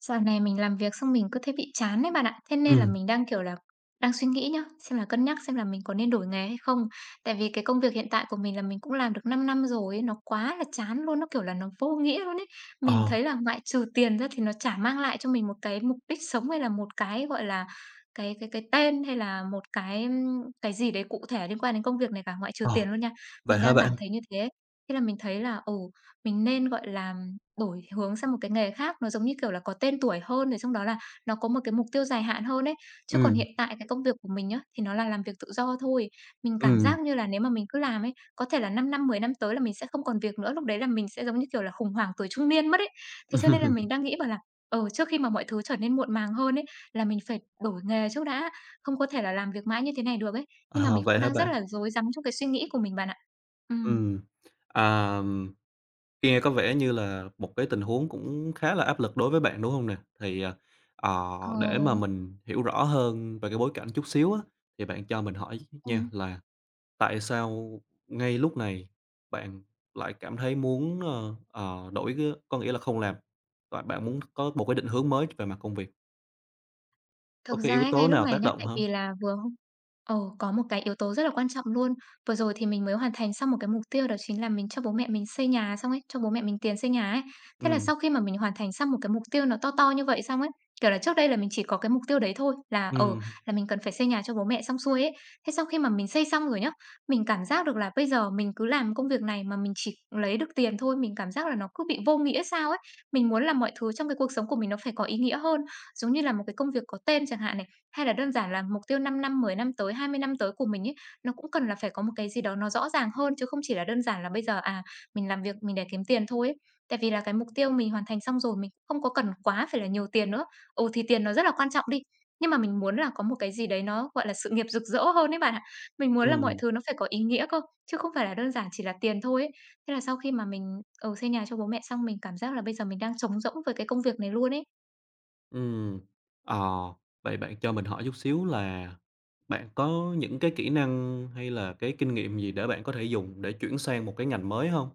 Dạo này mình làm việc xong mình cứ thấy bị chán đấy bạn ạ. Thế nên là Ừm, mình, kiểu là, đang suy nghĩ nhá, xem là cân nhắc xem là mình có nên đổi nghề hay không. Tại vì cái công việc hiện tại của mình là mình cũng làm được 5 năm rồi ấy, nó quá là chán luôn, kiểu là, nó vô nghĩa luôn ấy. Mình ờ, thấy là ngoại trừ tiền ra thì nó chả mang lại cho mình một cái mục đích sống hay là một cái, gọi là, cái tên hay là một cái, cái gì đấy cụ thể liên quan đến công việc này cả, ngoại trừ ờ, tiền luôn nha. vậy Mình hả đang bạn? cảm thấy như thế. Thế là mình thấy là, ồ, mình nên, gọi là, đổi hướng sang một cái nghề khác, nó giống như, kiểu là, có tên tuổi hơn, rồi xong đó là nó có một cái mục tiêu dài hạn hơn ấy. Chứ còn Ừm, hiện tại cái công việc của mình nhá, thì nó là làm việc tự do thôi. Mình cảm ừm. giác như là nếu mà mình cứ làm ấy, có thể là 5 năm, 10 năm tới là mình sẽ không còn việc nữa, lúc đấy là mình sẽ giống như, kiểu là, khủng hoảng tuổi trung niên mất ấy. Thế cho nên là mình đang nghĩ bảo là, ừ, trước khi mà mọi thứ trở nên muộn màng hơn ấy, là mình phải đổi nghề trước đã, không có thể là làm việc mãi như thế này được ấy. Nhưng mà Ờ, mình vậy cũng hả đang rất bạn? là rối rắm trong cái suy nghĩ của mình bạn ạ. Ừ. Ừm, à, Nghe có vẻ như là một cái tình huống cũng khá là áp lực đối với bạn, đúng hông nè? Thì ờ, Ờ. để mà mình hiểu rõ hơn về cái bối cảnh chút xíu á, thì bạn cho mình hỏi nha Ừm. là tại sao ngay lúc này bạn lại cảm thấy muốn, đổi cái có nghĩa là không làm, và bạn muốn có một cái định hướng mới về mặt công việc? Có Thực cái ra yếu ấy, tố ngay lúc nào này tác nhá, động tại hông? vì là vừa hôm có một cái yếu tố rất là quan trọng luôn. Vừa rồi thì mình mới hoàn thành xong một cái mục tiêu, đó chính là mình cho bố mẹ mình xây nhà xong ấy, cho bố mẹ mình tiền xây nhà ấy. Thế là Ừm, sau khi mà mình hoàn thành xong một cái mục tiêu nó to to như vậy xong ấy, kiểu là, trước đây là mình chỉ có cái mục tiêu đấy thôi, ừm, là mình cần phải xây nhà cho bố mẹ xong xuôi ấy. Thế sau khi mà mình xây xong rồi nhá, mình cảm giác được là bây giờ mình cứ làm công việc này mà mình chỉ lấy được tiền thôi, mình cảm giác là nó cứ bị vô nghĩa sao ấy. Mình muốn là mọi thứ trong cái cuộc sống của mình nó phải có ý nghĩa hơn, giống như là một cái công việc có tên chẳng hạn này, hay là đơn giản là mục tiêu 5 năm, 10 năm tới, 20 năm tới của mình ấy, nó cũng cần là phải có một cái gì đó nó rõ ràng hơn, chứ không chỉ là đơn giản là bây giờ, à, mình làm việc mình để kiếm tiền thôi ấy. Tại vì là cái mục tiêu mình hoàn thành xong rồi, mình cũng không có cần quá phải là nhiều tiền nữa. Ừ, thì tiền nó rất là quan trọng đi, nhưng mà mình muốn là có một cái gì đấy nó, gọi là, sự nghiệp rực rỡ hơn ấy bạn ạ. Mình muốn là mọi ừm. thứ nó phải có ý nghĩa cơ, chứ không phải là đơn giản chỉ là tiền thôi ấy. Thế là sau khi mà mình, xây nhà cho bố mẹ xong, mình cảm giác là bây giờ mình đang trống rỗng với cái công việc này luôn ấy. Ừm, ờ, vậy bạn cho mình hỏi chút xíu là bạn có những cái kỹ năng hay là cái kinh nghiệm gì để bạn có thể dùng để chuyển sang một cái ngành mới hông?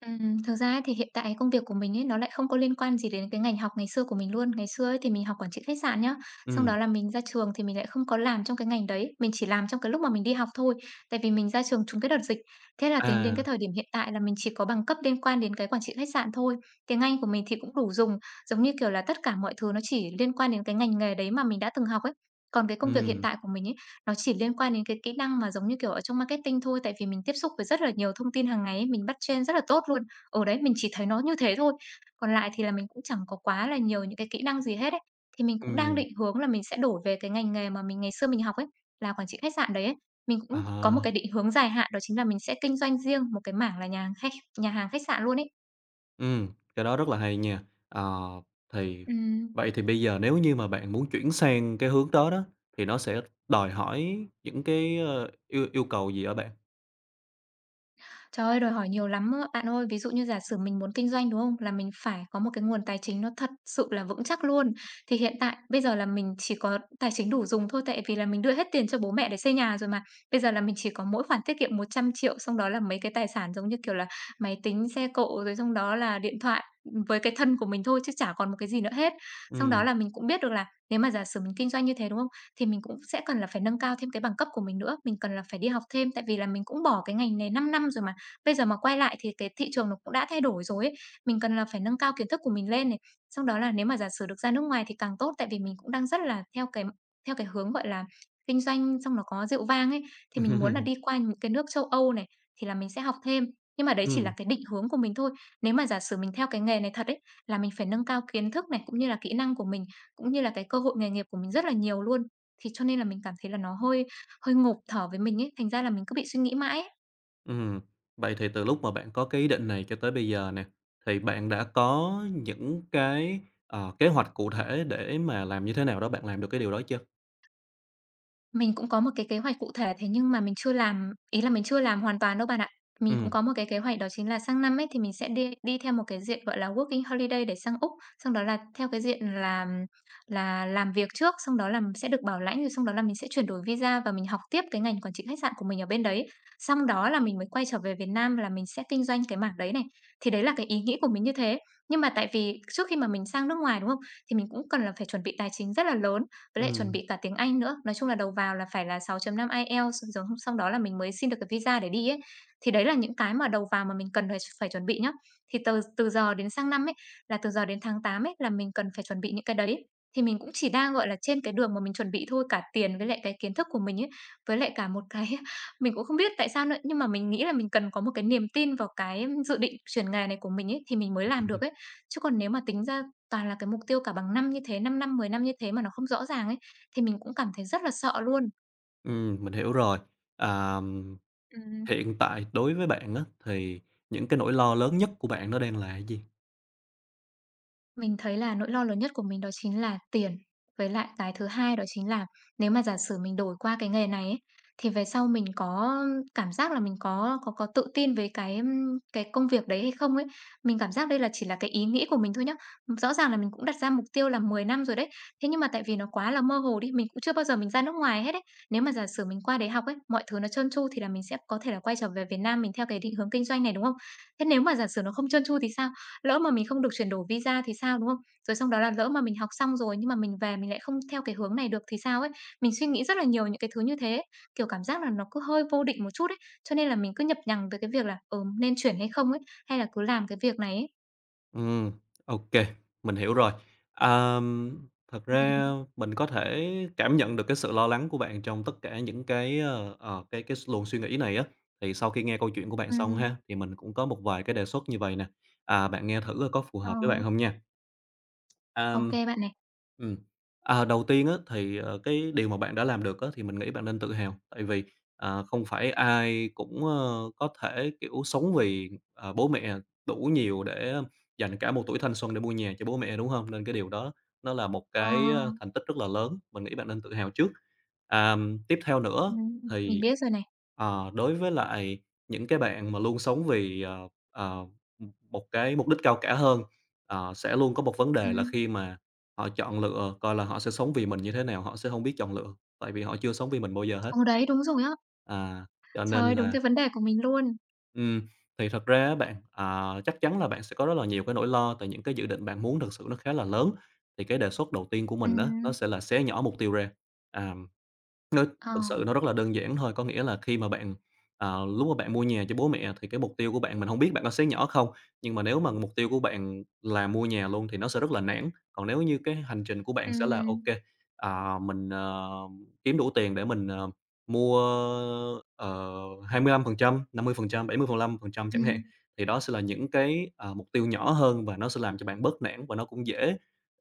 Thực ra ấy thì hiện tại công việc của mình ấy, nó lại không có liên quan gì đến cái ngành học ngày xưa của mình luôn. Ngày xưa ấy thì mình học quản trị khách sạn nhá, xong Ừm, đó là mình ra trường thì mình lại không có làm trong cái ngành đấy, mình chỉ làm trong cái lúc mà mình đi học thôi, tại vì mình ra trường trúng cái đợt dịch. Thế là tính đến à, cái thời điểm hiện tại là mình chỉ có bằng cấp liên quan đến cái quản trị khách sạn thôi. Tiếng Anh của mình thì cũng đủ dùng, giống như kiểu là tất cả mọi thứ nó chỉ liên quan đến cái ngành nghề đấy mà mình đã từng học ấy. Còn cái công việc hiện ừm, tại của mình ấy, nó chỉ liên quan đến cái kỹ năng mà giống như, kiểu, ở trong marketing thôi, tại vì mình tiếp xúc với rất là nhiều thông tin hàng ngày ấy, mình bắt trend rất là tốt luôn. Ở đấy, mình chỉ thấy nó như thế thôi, còn lại thì là mình cũng chẳng có quá là nhiều những cái kỹ năng gì hết ấy. Thì mình cũng đang ừm, định hướng là mình sẽ đổi về cái ngành nghề mà mình ngày xưa mình học ấy, là quản trị khách sạn đấy ấy. Mình cũng à, có một cái định hướng dài hạn, đó chính là mình sẽ kinh doanh riêng một cái mảng là nhà hàng khách sạn luôn ấy. ừm, cái đó rất là hay nha. Ờ, thì Ừm. vậy thì bây giờ nếu như mà bạn muốn chuyển sang cái hướng đó đó, thì nó sẽ đòi hỏi những cái yêu yêu cầu gì ở bạn? Trời ơi, đòi hỏi nhiều lắm á bạn ơi. Ví dụ như giả sử mình muốn kinh doanh, đúng không? Là mình phải có một cái nguồn tài chính nó thật sự là vững chắc luôn. Thì hiện tại bây giờ là mình chỉ có tài chính đủ dùng thôi, tại vì là mình đưa hết tiền cho bố mẹ để xây nhà rồi mà. Bây giờ là mình chỉ có mỗi khoản tiết kiệm 100 triệu, xong đó là mấy cái tài sản giống như kiểu là máy tính, xe cộ, rồi xong đó là điện thoại, với cái thân của mình thôi, chứ chả còn một cái gì nữa hết. Xong đó Ừm. là mình cũng biết được là nếu mà giả sử mình kinh doanh như thế, đúng không? Thì mình cũng sẽ cần là phải nâng cao thêm cái bằng cấp của mình nữa, mình cần là phải đi học thêm, tại vì là mình cũng bỏ cái ngành này 5 năm rồi mà. Bây giờ mà quay lại thì cái thị trường nó cũng đã thay đổi rồi ấy, mình cần là phải nâng cao kiến thức của mình lên này. Xong đó là nếu mà giả sử được ra nước ngoài thì càng tốt, tại vì mình cũng đang rất là theo cái hướng, gọi là, kinh doanh xong nó có rượu vang ấy, thì mình muốn là đi qua những cái nước châu Âu này, thì là mình sẽ học thêm. Nhưng mà đấy chỉ là Ừm. cái định hướng của mình thôi. Nếu mà giả sử mình theo cái nghề này thật ấy, là mình phải nâng cao kiến thức này, cũng như là kỹ năng của mình, cũng như là cái cơ hội nghề nghiệp của mình rất là nhiều luôn. Thì cho nên là mình cảm thấy là nó hơi hơi ngộp thở với mình ấy, thành ra là mình cứ bị suy nghĩ mãi ấy. Ừm, vậy thì từ lúc mà bạn có cái ý định này cho tới bây giờ nè, thì bạn đã có những cái kế hoạch cụ thể để mà làm như thế nào đó bạn làm được cái điều đó chưa? Mình cũng có một cái kế hoạch cụ thể, thế nhưng mà mình chưa làm, ý là mình chưa làm hoàn toàn đâu bạn ạ. Mình cũng Ừm. có một cái kế hoạch, đó chính là sang năm ấy thì mình sẽ đi đi theo một cái diện, gọi là, working holiday để sang Úc, xong đó là theo cái diện là làm việc trước, xong đó là sẽ được bảo lãnh, rồi xong đó là mình sẽ chuyển đổi visa và mình học tiếp cái ngành quản trị khách sạn của mình ở bên đấy. Xong đó là mình mới quay trở về Việt Nam là mình sẽ kinh doanh cái mảng đấy này. Thì đấy là cái ý nghĩ của mình như thế. Nhưng mà tại vì trước khi mà mình sang nước ngoài, đúng không? Thì mình cũng cần là phải chuẩn bị tài chính rất là lớn, với lại chuẩn Ừm, bị cả tiếng Anh nữa. Nói chung là đầu vào là phải là 6.5 IELTS, rồi xong xong đó là mình mới xin được cái visa để đi ấy. Thì đấy là những cái mà đầu vào mà mình cần phải phải chuẩn bị nhá. Thì từ từ giờ đến sang năm ấy, là từ giờ đến tháng 8 ấy, là mình cần phải chuẩn bị những cái đấy. Thì mình cũng chỉ đang, gọi là, trên cái đường mà mình chuẩn bị thôi, cả tiền với lại cái kiến thức của mình ấy, với lại cả một cái mình cũng không biết tại sao nữa, nhưng mà mình nghĩ là mình cần có một cái niềm tin vào cái dự định chuyển nghề này của mình ấy, thì mình mới làm được ấy. Chứ còn nếu mà tính ra toàn là cái mục tiêu cả bằng năm như thế, 5 năm, 10 năm như thế mà nó không rõ ràng ấy, thì mình cũng cảm thấy rất là sợ luôn. Mình hiểu rồi. Ờm, Ừm. Hiện tại đối với bạn á, thì những cái nỗi lo lớn nhất của bạn nó đang là cái gì? Mình thấy là nỗi lo lớn nhất của mình đó chính là tiền. Với lại cái thứ hai đó chính là nếu mà giả sử mình đổi qua cái nghề này ấy, thì về sau mình có cảm giác là mình có tự tin với cái, cái công việc đấy hay không ấy. Mình cảm giác đây là chỉ là cái ý nghĩ của mình thôi nhá. Rõ ràng là mình cũng đặt ra mục tiêu là 10 năm rồi đấy. Thế nhưng mà tại vì nó quá là mơ hồ đi, mình cũng chưa bao giờ mình ra nước ngoài hết ấy. Nếu mà giả sử mình qua đấy học ấy, mọi thứ nó trơn tru thì là mình sẽ có thể là quay trở về Việt Nam mình theo cái định hướng kinh doanh này, đúng không? Thế nếu mà giả sử nó không trơn tru thì sao? Lỡ mà mình không được chuyển đổi visa thì sao, đúng không? Rồi xong đó là lỡ mà mình học xong rồi nhưng mà mình về mình lại không theo cái hướng này được thì sao ấy? Mình suy nghĩ rất là nhiều những cái thứ như thế, kiểu, cảm giác là nó cứ hơi vô định một chút ấy, cho nên là mình cứ nhập nhằng tới cái việc là, ừ, nên chuyển hay không ấy, hay là cứ làm cái việc này ấy. Ừm, ô, mình hiểu rồi. Ờm, Thật Ừm. ra mình có thể cảm nhận được cái sự lo lắng của bạn trong tất cả những cái, ờ, ờ, cái luồng suy nghĩ này á. Thì sau khi nghe câu chuyện của bạn xong Ừm, ha, thì mình cũng có một vài cái đề xuất như vậy nè, bạn nghe thử coi có phù ờ, hợp với bạn không nha. ô Ờm, bạn này. ừm, Đầu tiên á, thì cái điều mà bạn đã làm được á, thì mình nghĩ bạn nên tự hào, tại vì không phải ai cũng có thể, kiểu, sống vì bố mẹ đủ nhiều để dành cả một tuổi thanh xuân để mua nhà cho bố mẹ, đúng không? Nên cái điều đó nó là một Ờ, cái thành tích rất là lớn, mình nghĩ bạn nên tự hào trước. Tiếp theo nữa mình thì, biết rồi này. ờ, đối với lại những cái bạn mà luôn sống vì, ờ, một cái mục đích cao cả hơn. Sẽ luôn có một vấn Ừ, đề là khi mà họ chọn lựa, coi là họ sẽ sống vì mình như thế nào, họ sẽ không biết chọn lựa, tại vì họ chưa sống vì mình bao giờ hết. ừ, đấy, đúng rồi á. À, cho Trời nên ơi, đúng là cái vấn đề của mình luôn. ừm, thì thật ra á bạn, chắc chắn là bạn sẽ có rất là nhiều cái nỗi lo tại những cái dự định bạn muốn thực sự nó khá là lớn. Thì cái đề xuất đầu tiên của Ừ, mình đó nó sẽ là xé nhỏ mục tiêu ra. À. ờ, Thực sự nó rất là đơn giản thôi, có nghĩa là khi mà bạn ờ, lúc mà bạn mua nhà cho bố mẹ thì cái mục tiêu của bạn mình không biết bạn có xé nhỏ không, nhưng mà nếu mà mục tiêu của bạn là mua nhà luôn thì nó sẽ rất là nản. Còn nếu như cái hành trình của bạn sẽ là ok ừm, à, mình, kiếm đủ tiền để mình, mua, ờ, 25%, 50%, 75% chẳng hạn, ừm, thì đó sẽ là những cái mục tiêu nhỏ hơn và nó sẽ làm cho bạn bớt nản và nó cũng dễ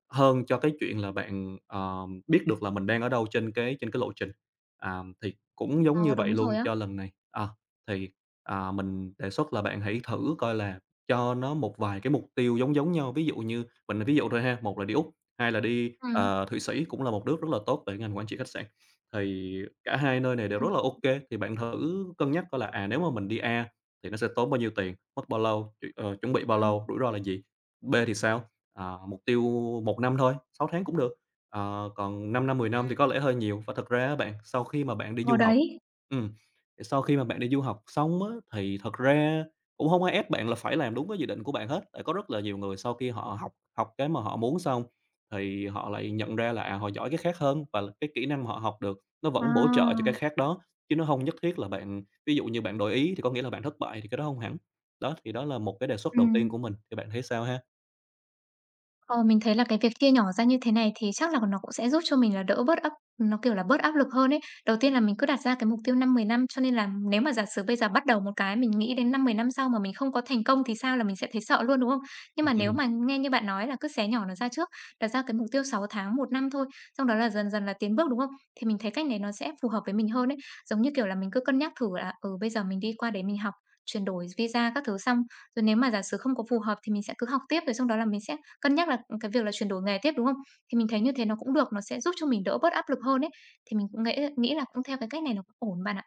hơn cho cái chuyện là bạn, biết được là mình đang ở đâu trên cái lộ trình. À, thì cũng giống như ờ, vậy đúng luôn rồi á. cho lần này. Ờ, thì, mình đề xuất là bạn hãy thử coi là cho nó một vài cái mục tiêu giống giống nhau, ví dụ như mình là ví dụ thôi ha, một là đi Úc, hai là đi, Ừ, Thụy Sĩ cũng là một nước rất là tốt về ngành quản trị khách sạn. Thì cả hai nơi này đều ừ, rất là ok, thì bạn thử cân nhắc coi là, nếu mà mình đi A thì nó sẽ tốn bao nhiêu tiền, mất bao lâu, chuẩn bị bao ừm, lâu, rủi ro là gì? B thì sao? Mục tiêu một năm thôi, 6 tháng cũng được, còn 5 năm, 10 năm thì ừm. có lẽ hơi nhiều. Và thật ra á bạn, sau khi mà bạn đi du Ờ, học đấy. ừm, thì sau khi mà bạn đi du học xong á, thì thật ra cũng hông ai ép bạn là phải làm đúng cái dự định của bạn hết. Tại có rất là nhiều người sau khi họ học học cái mà họ muốn xong thì họ lại nhận ra là, họ giỏi cái khác hơn và là cái kỹ năng mà họ học được nó vẫn bổ trợ cho cái À, khác đó, chứ nó hông nhất thiết là bạn, ví dụ như bạn đổi ý thì có nghĩa là bạn thất bại thì cái đó hông hẳn. Đó, thì đó là một cái đề xuất ừ. đầu tiên của mình, thì bạn thấy sao ha? Ờ, mình thấy là cái việc chia nhỏ ra như thế này thì chắc là nó cũng sẽ giúp cho mình là đỡ bớt áp nó, kiểu là, bớt áp lực hơn ấy. Đầu tiên là mình cứ đặt ra cái mục tiêu 5 10 năm, cho nên là nếu mà giả sử bây giờ bắt đầu một cái mình nghĩ đến 5 10 năm sau mà mình không có thành công thì sao, là mình sẽ thấy sợ luôn, đúng không? Nhưng mà nếu mà nghe như bạn nói là cứ xé nhỏ nó ra trước, đặt ra cái mục tiêu 6 tháng, một năm thôi, xong đó là dần dần là tiến bước, đúng không? Thì mình thấy cách này nó sẽ phù hợp với mình hơn ấy. Giống như, kiểu là, mình cứ cân nhắc thử là, ừ, bây giờ mình đi qua đấy mình học, chuyển đổi visa các thứ xong, rồi nếu mà giả sử không có phù hợp thì mình sẽ cứ học tiếp, rồi xong đó là mình sẽ cân nhắc là, ừ, cái việc là chuyển đổi nghề tiếp, đúng không? Thì mình thấy như thế nó cũng được, nó sẽ giúp cho mình đỡ bớt áp lực hơn ấy, thì mình cũng nghĩ nghĩ là cũng theo cái cách này nó cũng ổn bạn ạ.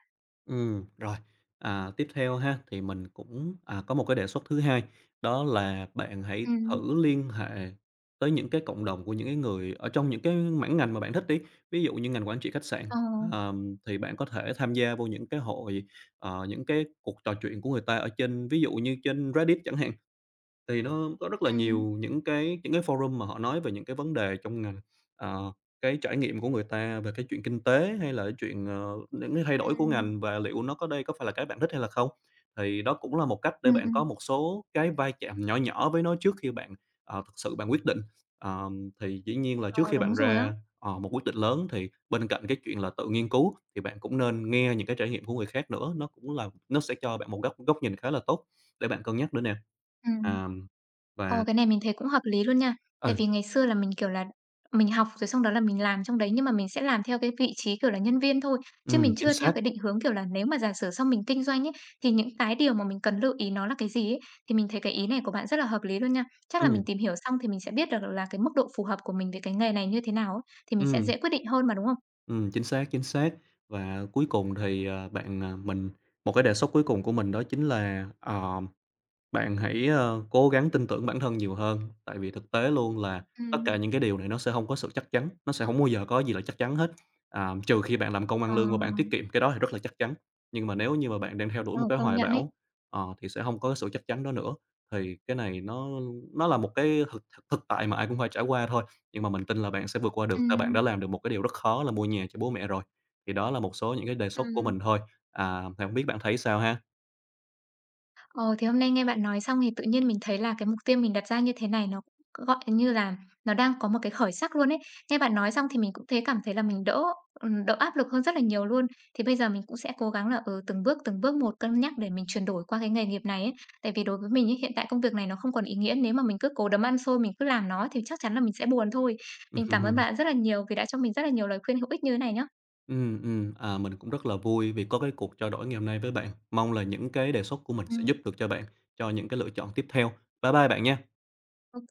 Rồi. À, tiếp theo ha, thì mình cũng có một cái đề xuất thứ hai, đó là bạn hãy Ừm. thử liên hệ tới những cái cộng đồng của những cái người ở trong những cái mảng ngành mà bạn thích đi. Ví dụ như ngành quản trị khách sạn, Ờ. Thì bạn có thể tham gia vô những cái hội, những cái cuộc trò chuyện của người ta ở trên ví dụ như trên Reddit chẳng hạn, thì nó có rất là nhiều Ừm, những cái forum mà họ nói về những cái vấn đề trong ngành, ờ, cái trải nghiệm của người ta về cái chuyện kinh tế hay là cái chuyện, những cái thay đổi của ừm, ngành và liệu nó có đây có phải là cái bạn thích hay là không. Thì đó cũng là một cách để bạn có ừm. một số cái vai chạm nhỏ nhỏ với nó trước khi bạn, thực sự quyết định. Thì dĩ nhiên là trước Ờ, khi bạn đúng rồi á. ra, một quyết định lớn thì bên cạnh cái chuyện là tự nghiên cứu thì bạn cũng nên nghe những cái trải nghiệm của người khác nữa, nó cũng là nó sẽ cho bạn một góc góc nhìn khá là tốt để bạn cân nhắc nữa nè. Ừm. À, Ồ, và cái này mình thấy cũng hợp lý luôn nha. Tại ừ, vì ngày xưa là mình, kiểu là, mình học rồi xong đó là mình làm trong đấy, nhưng mà mình sẽ làm theo cái vị trí, kiểu là, nhân viên thôi, chứ mình chính chưa theo xác, cái định hướng, kiểu là, nếu mà giả sử sau mình kinh doanh ấy, thì những cái điều mà mình cần lưu ý nó là cái gì ấy. Thì mình thấy cái ý này của bạn rất là hợp lý luôn nha. Chắc là mình ừm, tìm hiểu xong thì mình sẽ biết được là cái mức độ phù hợp của mình với cái nghề này như thế nào ấy, thì mình sẽ ừm, dễ quyết định hơn mà, đúng không? Chính xác, chính xác. Và cuối cùng thì, ờ, bạn, à mình, một cái đề xuất cuối cùng của mình đó chính là bạn hãy cố gắng tin tưởng bản thân nhiều hơn, tại vì thực tế luôn là tất cả Ừm. những cái điều này nó sẽ không có sự chắc chắn, nó sẽ không bao giờ có gì là chắc chắn hết, trừ khi bạn làm công ăn Ờ, lương và bạn tiết kiệm, cái đó thì rất là chắc chắn. Nhưng mà nếu như mà bạn đang theo đuổi ờ, một cái công hoài nhận ấy. bão, thì sẽ không có sự chắc chắn đó nữa. Thì cái này nó là một cái thực thực thực tại mà ai cũng phải trải qua thôi, nhưng mà mình tin là bạn sẽ vượt qua được, tại bạn đã Ừm, làm được một cái điều rất khó là mua nhà cho bố mẹ rồi. Thì đó là một số những cái đề xuất của ừ, mình thôi, thì không biết bạn thấy sao ha? ồ, thì hôm nay nghe bạn nói xong thì tự nhiên mình thấy là cái mục tiêu mình đặt ra như thế này nó cũng gọi như là nó đang có một cái khởi sắc luôn ấy. Nghe bạn nói xong thì mình cũng cảm thấy là mình đỡ đỡ áp lực hơn rất là nhiều luôn. Thì bây giờ mình cũng sẽ cố gắng là ừ, từng bước một cân nhắc để mình chuyển đổi qua cái nghề nghiệp này ấy. Tại vì đối với mình ấy, hiện tại công việc này nó không còn ý nghĩa nếu mà mình cứ cố đấm ăn xôi mình cứ làm nó thì chắc chắn là mình sẽ buồn thôi. Mình cảm ơn bạn rất là nhiều vì đã cho mình rất là nhiều lời khuyên hữu ích như thế này nhá. Ừ, mình cũng rất là vui vì có cái cuộc trao đổi ngày hôm nay với bạn. Mong là những cái đề xuất của mình Ừ, sẽ giúp được cho bạn cho những cái lựa chọn tiếp theo. Bye bye bạn nha. ok